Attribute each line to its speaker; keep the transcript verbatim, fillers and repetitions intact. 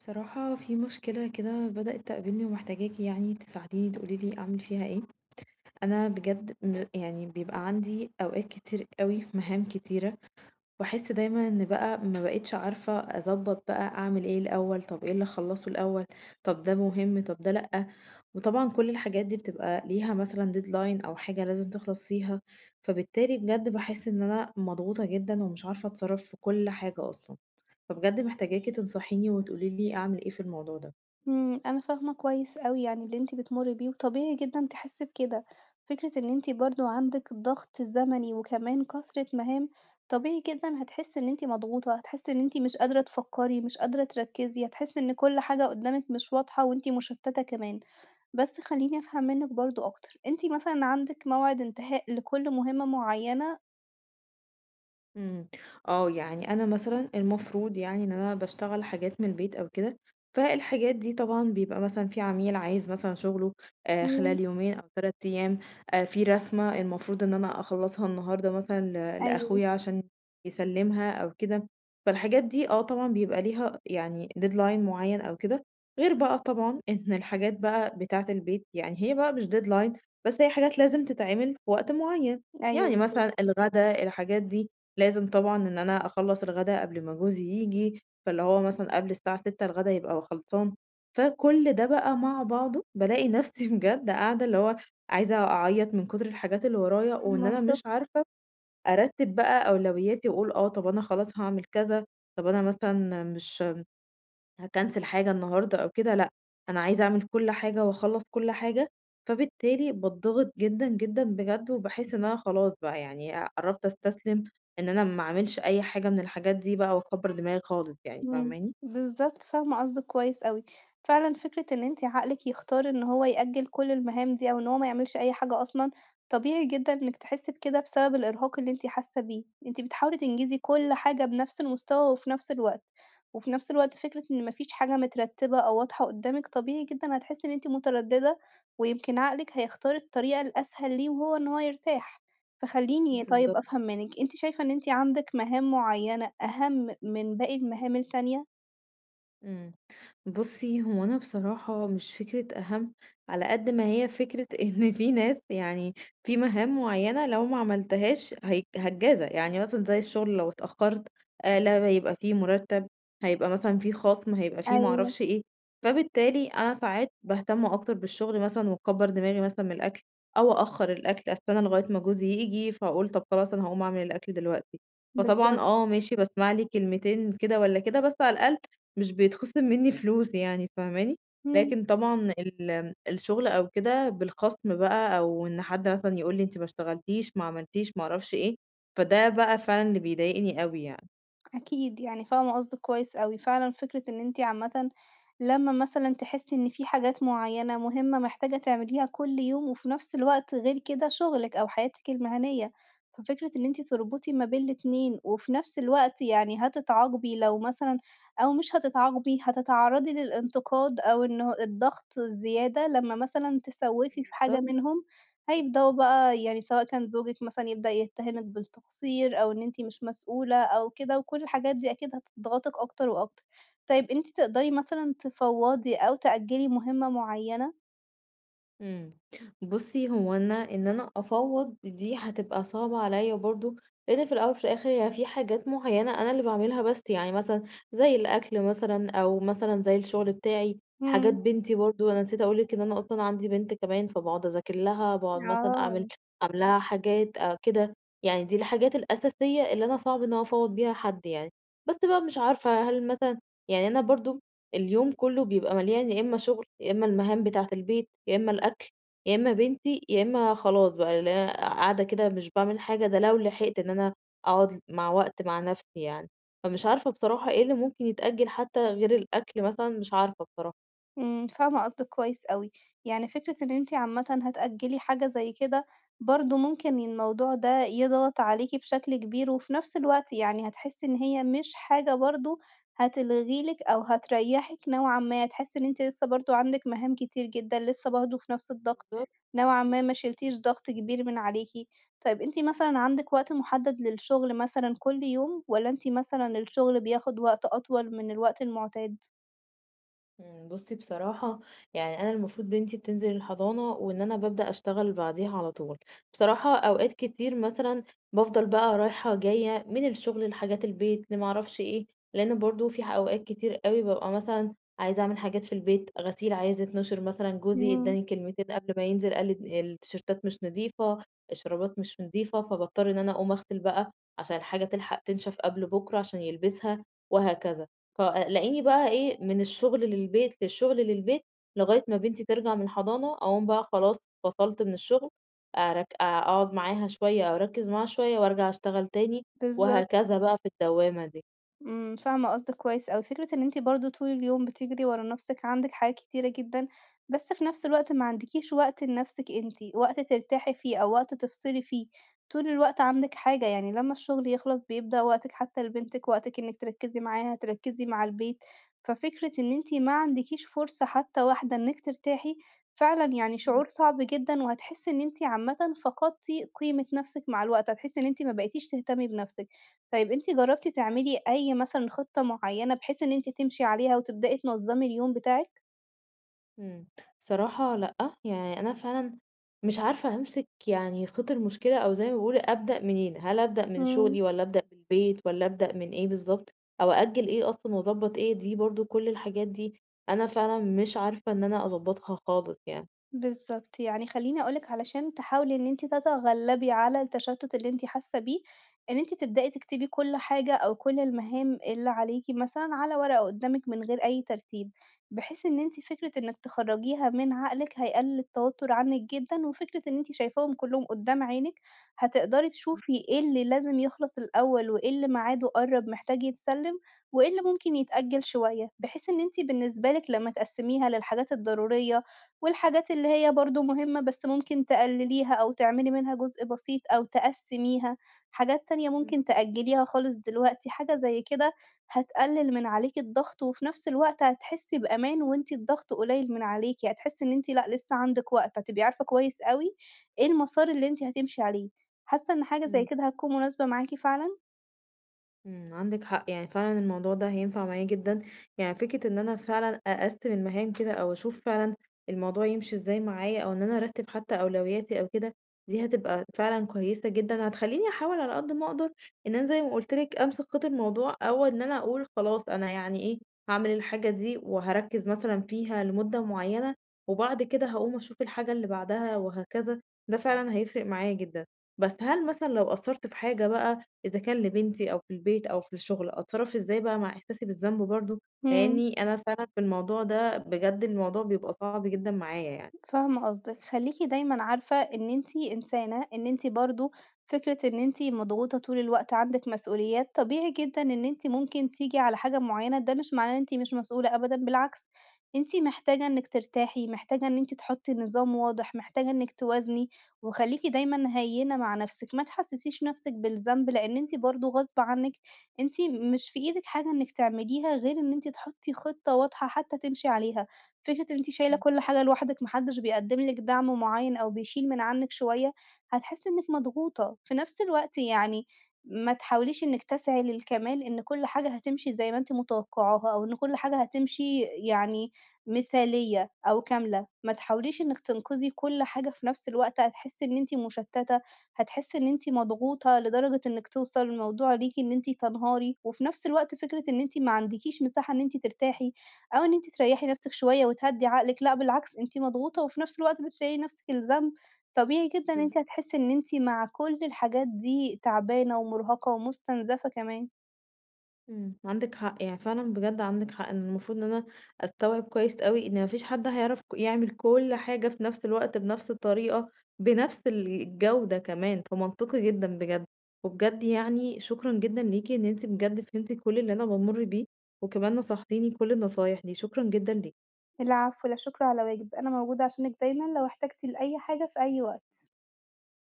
Speaker 1: بصراحة في مشكلة كده بدأت تقابلني ومحتاجاكي يعني تساعديني تقولي لي أعمل فيها إيه. أنا بجد م- يعني بيبقى عندي أوقات كتير قوي مهام كتيرة. باحس دايمًا إن بقى ما بقيتش عارفة أضبّط بقى أعمل إيه الأول، طب إيه اللي أخلّصه الأول، طب ده مهم، طب ده لأ، وطبعًا كل الحاجات دي بتبقى ليها مثلًا deadline أو حاجة لازم تخلص فيها، فبالتالي بجد باحس إن أنا مضغوطة جدًا ومش عارفة أتصرّف في كل حاجة أصلًا، فبجد محتاجاكِ تنصحيني وتقولي لي أعمل إيه في الموضوع ده.
Speaker 2: إمم، أنا فاهمة كويس أوي يعني اللي أنتِ بتمُرّي بيه، وطبيعي جدًا تحسّي بكده، فكرة إن أنتِ برضه عندِك الضغط الزمني وكمان كثرة مهام، طبيعي جدًا هتحسّي إن أنتِ مضغوطة، هتحسّي إن أنتِ مش قادرة تفكّري، مش قادرة تركّزي، هتحسّي إن كل حاجة قدّامِك مش واضحة وأنتِ مشتّتة كمان. بس خلّيني أفهم منِّك برضه أكتر، أنتِ مثلًا عندِك موعد انتهاء لكل مهمة معيّنة؟
Speaker 1: إمم، آه، يعني أنا مثلًا المفروض يعني إن أنا باشتغل حاجات من البيت أو كده، فالحاجات دي طبعًا بيبقى مثلًا في عميل عايز مثلًا شغله آآ
Speaker 2: إمم،
Speaker 1: خلال يومين أو تلات أيام، آآ في رسمة المفروض إن أنا أخلّصها النهارده مثلًا ل
Speaker 2: أيوه.
Speaker 1: لأخويا عشان يسلّمها أو كده، فالحاجات دي آه طبعًا بيبقى ليها يعني deadline معيّن أو كده، غير بقى طبعًا إن الحاجات بقى بتاعة البيت يعني هي بقى مش deadline، بس هي حاجات لازم تتعمل في وقت معيّن،
Speaker 2: أيوه
Speaker 1: يعني
Speaker 2: بالضبط،
Speaker 1: مثلًا الغدا الحاجات دي لازم طبعًا إن أنا أخلّص الغدا قبل ما جوزي ييجي، فاللي هو مثلًا قبل الساعة ستة الغدا يبقى خلصان، فكل ده بقى مع بعضه بالاقي نفسي بجد قاعدة اللي هو عايزة أعيّط من كتر الحاجات اللي ورايا، وإن أنا
Speaker 2: منطقي.
Speaker 1: مش عارفة أرتّب بقى أولوياتي وأقول آه، طَب أنا خلاص هاعمل كذا، طَب أنا مثلًا مش هاكنسل حاجة النهارده أو كده لأ، أنا عايزة أعمل كل حاجة وأخلّص كل حاجة، فبالتالي باتضغط جدًا، جدًا بجد، وباحس إن أنا خلاص بقى يعني أ قرّبت أستسلم إن أنا ما أعملش أي حاجة من الحاجات دي بقى وأكبّر دماغي خالص يعني،
Speaker 2: إمم،
Speaker 1: فاهماني؟
Speaker 2: بالضبط، فاهمة قصدِك كويس أوي. فعلًا فكرة إن أنتِ عقلِك يختار إن هو يأجّل كل المهام دي أو إن هو ما يعملش أي حاجة أصلًا، طبيعي جدًا إنِّك تحسّي بكده بسبب الإرهاق اللي أنتِ حاسة بيه. أنتِ بتحاولي تنجزي كل حاجة بنفس المستوى وفي نفس الوقت، وفي نفس الوقت فكرة إن ما فيش حاجة مترتبة أو واضحة قدّامِك، طبيعي جدًا هتحسّي إن أنتِ مترددة، ويمكن عقلِك هيختار الطريقة الأسهل ليه وهو إن هو يرتاح. فخلّيني طيب
Speaker 1: بالضبط.
Speaker 2: أفهم منِّك، أنتِ شايفة إن أنتِ عندِك مهام معيّنة أهم من باقي المهام التانية؟
Speaker 1: إمم. بُصّي، هو أنا بصراحة مش فكرة أهم، على قد ما هي فكرة إن في ناس يعني في مهام معيّنة لو ما عملتهاش هي هتجازى، يعني مثلًا زي الشغل لو اتأخّرت، آآ، لا هيبقى في مرتّب، هيبقى مثلًا في خصم، هيبقى في ما
Speaker 2: أيوه،
Speaker 1: أعرفش إيه، فبالتالي أنا ساعات باهتم أكتر بالشغل مثلًا واكبّر دماغي مثلًا من الأكل، أو أأخّر الأكل أستنى لغاية ما جوزي ييجي، فأقول طب خلاص أنا هاقوم أعمل الأكل دلوقتي، فطبعًا
Speaker 2: بالضبط.
Speaker 1: آه ماشي باسمع لي كلمتين كده والّا كده، بس على الأقل مش بيتخصم منّي فلوس يعني فاهماني؟
Speaker 2: إمم.
Speaker 1: لكن طبعًا ال الشغل أو كده بالخصم بقى أو إن حد مثلًا يقول لي أنتِ ما اشتغلتيش، ما عملتيش، ما أعرفش إيه، فده بقى فعلًا اللي بيضايقني أوي يعني.
Speaker 2: أكيد، يعني فاهمة قصدِك كويس أوي، فعلًا فكرة إن أنتِ عامةً لمّا مثلًا تحسّي إن في حاجات معيّنة مهمة محتاجة تعمليها كل يوم، وفي نفس الوقت غير كده شغلِك أو حياتِك المهنية، ففكرة إن أنتِ تربطي ما بين الاتنين، وفي نفس الوقت يعني هتتعاقبي لو مثلًا أو مش هتتعاقبي، هتتعرّضي للانتقاد أو إنه الضغط الزيادة لمّا مثلًا تسوّفي في حاجة
Speaker 1: بالضبط.
Speaker 2: منهم. هيبدأوا بقى يعني سواء كان زوجِك مثلًا يبدأ يتهمِك بالتقصير أو إن أنتِ مش مسؤولة أو كده، وكل الحاجات دي أكيد هتضغطِك أكتر وأكتر. طيب أنتِ تقدري مثلًا تفوّضي أو تأجّلي مهمة معينة؟
Speaker 1: إمم. بُصّي، هو أنا إن أنا أفوّض دي هتبقى صعبة عليّا برضه، لإن في الأول وفي الآخر هي في حاجات معيّنة أنا اللي باعملها بس، يعني مثلًا زي الأكل مثلًا أو مثلًا زي الشغل بتاعي، حاجات
Speaker 2: إمم،
Speaker 1: بنتي برضه أنا نسيت أقول لِك إن أنا أصلًا عندي بنت كمان، فباقعد أذاكر لها، باقعد مثلًا أعمل
Speaker 2: آه.
Speaker 1: أعمل لها حاجات آآ كده، يعني دي الحاجات الأساسية اللي أنا صعب إن أنا أفوّض بيها حد يعني. بس بقى مش عارفة هل مثلًا يعني أنا برضه اليوم كله بيبقى مليان يا إما شغل، يا إما المهام بتاعة البيت، يا إما الأكل، يا إما بنتي، يا إما خلاص بقى اللي هي قاعدة كده مش باعمل حاجة، ده لو لحقت إن أنا أقعد مع وقت مع نفسي يعني، فمش عارفة بصراحة إيه اللي ممكن يتأجل حتى غير الأكل مثلًا، مش عارفة بصراحة.
Speaker 2: إمم، فاهمة قصدِك كويس أوي، يعني فكرة إن أنتِ عامةً هتأجّلي حاجة زي كده، برضه ممكن الموضوع ده يضغط عليكِ بشكل كبير، وفي نفس الوقت يعني هتحسي إن هي مش حاجة برضه هتلغي لِك أو هتريّحِك نوعًا ما، هتحسي إن أنتِ لسه برضه عندِك مهام كتير جدًا، لسه برضه في نفس الضغط، نوعًا ما ما شِلتيش ضغط كبير من عليكِ. طيب أنتِ مثلًا عندِك وقت محدد للشغل مثلًا كل يوم، والّا أنتِ مثلًا الشغل بياخد وقت أطول من الوقت المعتاد؟
Speaker 1: إمم، بُصّي بصراحة يعني أنا المفروض بنتي بتنزل الحضانة، وإن أنا بابدأ أشتغل بعديها على طول. بصراحة أوقات كتير مثلًا بافضل بقى رايحة جاية من الشغل لحاجات البيت لما أعرفش إيه، لأن برضه في ح أوقات كتير أوي بابقى مثلًا عايزة أعمل حاجات في البيت، غسيل عايز يتنشر مثلًا، جوزي
Speaker 2: إمم،
Speaker 1: ادّاني كلمتين قبل ما ينزل قال لي د التيشيرتات مش نضيفة، الشرابات مش نضيفة، فباضطر إن أنا أقوم أغسل بقى عشان الحاجة تلحق تنشف قبل بُكرة عشان يلبسها وهكذا. فلاقيني بقى إيه، من الشغل للبيت، للشغل للبيت، لغاية ما بنتي ترجع من الحضانة، أقوم بقى خلاص فصلت من الشغل، أرك أقعد معاها شوية أو أركّز معاها شوية وأرجع أشتغل تاني،
Speaker 2: بالضبط.
Speaker 1: وهكذا بقى في الدوّامة دي.
Speaker 2: إمم، فاهمة قصدِك كويس أوي، فكرة إن أنتِ برضه طول اليوم بتجري ورا نَفْسِك، عندِك حاجات كتيرة جدًا، بس في نَفْس الوقت ما عندكيش وقت لنَفْسِك أنتِ، وقت ترتاحي فيه أو وقت تفصلي فيه، طول الوقت عندِك حاجة، يعني لمّا الشغل يخلص بيبدأ وقتِك حتى لبنتِك، وقتِك إنِّك تركّزي معاها، تركّزي مع البيت، ففكرة إن أنتِ ما عندكيش فرصة حتى واحدة إنِّك ترتاحي، فعلًا يعني شعور صعب جدًا، وهتحسّي إن أنتِ عامةً فقدتِ قيمة نَفْسِك مع الوقت، هتحسّي إن أنتِ ما بقيتيش تهتمي بنَفْسِك. طيب أنتِ جرّبتِ تعملي أي مثلًا خطة معيّنة بحيث إن أنتِ تمشي عليها وتبدئي تنظّمي اليوم بتاعِك؟
Speaker 1: إمم. صراحة لأ، يعني أنا فعلًا مش عارفة أمسك يعني خيط المشكلة أو زي ما بيقولوا أبدأ منين، هل أبدأ من
Speaker 2: إمم.
Speaker 1: شغلي والّا أبدأ من البيت والّا أبدأ من إيه بالضبط، أو أأجّل إيه أصلًا وأضبّط إيه، دي برضه كل الحاجات دي أنا فعلًا مش عارفة إن أنا أضبّطها خالص يعني.
Speaker 2: بالضبط، يعني خلّيني أقول لِك علشان تحاولي إن أنتِ تتغلّبي على التشتُّت اللي أنتِ حاسة بيه، إن أنتِ تبدئي تكتبي كل حاجة أو كل المهام اللي عليكِ مثلًا على ورقة قدّامِك من غير أي ترتيب، بحيث إن أنتِ فكرة إنِّك تخرّجيها من عقلِك هيقلل التوتُّر عنِّك جدًا، وفكرة إن أنتِ شايفاهم كلّهم قدّام عينِك، هتقدري تشوفي إيه اللي لازم يخلص الأول، وإيه اللي ميعاده قرّب محتاج يتسلّم، وإيه اللي ممكن يتأجّل شوية، بحيث إن أنتِ بالنسبة لِك لمّا تقسّميها للحاجات الضرورية والحاجات اللي هي برضه مهمة بس ممكن تقلليها أو تعملي منها جزء بسيط أو تقسميها، حاجات تانية ممكن تأجليها خالص دلوقتي، حاجة زي كده هتقلل من عليكِ الضغط، وفي نفس الوقت هتحسي بأمان وأنتِ الضغط قليل من عليكِ، هتحسي إن أنتِ لأ لسه عندِك وقت، هتبقي عارفة كويس أوي إيه المسار اللي أنتِ هتمشي عليه، حاسة إن حاجة زي
Speaker 1: إمم.
Speaker 2: كده هتكون مناسبة معاكِ فعلًا؟
Speaker 1: إمم، عندِك حق، يعني فعلًا الموضوع ده هينفع معايا جدًا، يعني فكرة إن أنا فعلًا أقسّم المهام كده أو أشوف فعلًا الموضوع يمشي إزاي معايا أو إن أنا أرتّب حتى أولوياتي أو كده، دي هتبقى فعلًا كويسة جدًا، هتخلّيني أحاول على قد ما أقدر إن أنا زي ما قُلت لِك أمسك خيط الموضوع أو إن أنا أقول خلاص أنا يعني إيه، هاعمل الحاجة دي وهاركّز مثلًا فيها لمدة معيّنة وبعد كده هاقوم أشوف الحاجة اللي بعدها وهكذا، ده فعلًا هيفرق معايا جدًا. بس هل مثلًا لو قصّرت في حاجة بقى إذا كان لبنتي أو في البيت أو في الشغل، أتصرّف إزاي بقى مع إحساسي بالذنب برضه؟
Speaker 2: إمم.
Speaker 1: لإنّي أنا فعلًا في الموضوع ده بجد الموضوع بيبقى صعب جدًا معايا يعني.
Speaker 2: فاهمة قصدِك، خلّيكِ دايمًا عارفة إن أنتِ إنسانة، إن أنتِ برضه فكرة إن أنتِ مضغوطة طول الوقت، عندِك مسؤوليات، طبيعي جدًا إن أنتِ ممكن تيجي على حاجة معيّنة، ده مش معناه إن أنتِ مش مسؤولة أبدًا، بالعكس، أنتِ محتاجة إنِّك ترتاحي، محتاجة إن أنتِ تحطّي نظام واضح، محتاجة إنِّك توازني، وخلّيكِ دايمًا هيّنة مع نَفْسِك، ما تحسّسيش نَفْسِك بالذنب، لإن أنتِ برضه غصب عنِّك، أنتِ مش في إيدِك حاجة إنِّك تعمليها غير إن أنتِ تحطّي خطة واضحة حتى تمشي عليها. فكرة إن أنتِ شايلة
Speaker 1: إمم،
Speaker 2: كل حاجة لوحدِك، ما حدش بيقدّم لِك دعم معيّن أو بيشيل من عنِّك شوية، هتحسّي إنِّك مضغوطة. في نفس الوقت يعني ما تحاوليش إنِّك تسعي للكمال، إن كل حاجة هتمشي زي ما أنتِ متوقعاها أو إن كل حاجة هتمشي يعني مثالية أو كاملة. ما تحاوليش إنِّك تنقذي كل حاجة في نفس الوقت، هتحسّي إن أنتِ مشتّتة، هتحسّي إن أنتِ مضغوطة لدرجة إنِّك توصل الموضوع ليكِ إن أنتِ تنهاري، وفي نفس الوقت فكرة إن أنتِ ما عندكيش مساحة إن أنتِ ترتاحي. أو إن أنتِ تريّحي نفسِك شوية وتهدّي عقلِك، لأ بالعكس أنتِ مضغوطة وفي نفس الوقت بتشيّلي نفسِك الذنب، طبيعي جدًا إن أنتِ
Speaker 1: بالضبط.
Speaker 2: هتحسّي إن أنتِ مع كل الحاجات دي تعبانة ومُرهقة ومستنزفة كمان.
Speaker 1: إمم، عندِك حق، يعني فعلًا بجد عندِك حق، إن المفروض إن أنا أستوعب كويس أوي إن ما فيش حد هيعرف ك يعمل كل حاجة في نفس الوقت، بنفس الطريقة، بنفس ال الجودة كمان، فمنطقي جدًا بجد. وبجد يعني شكرًا جدًا ليكِ إن أنتِ بجد فهمتِ كل اللي أنا بامُر بيه، وكمان نصحتيني كل النصايح دي، شكرًا جدًا ليكِ.
Speaker 2: العفو، لا شكر على واجب، أنا موجودة عشانِك دايمًا لو احتجتِ لأي حاجة في أي وقت.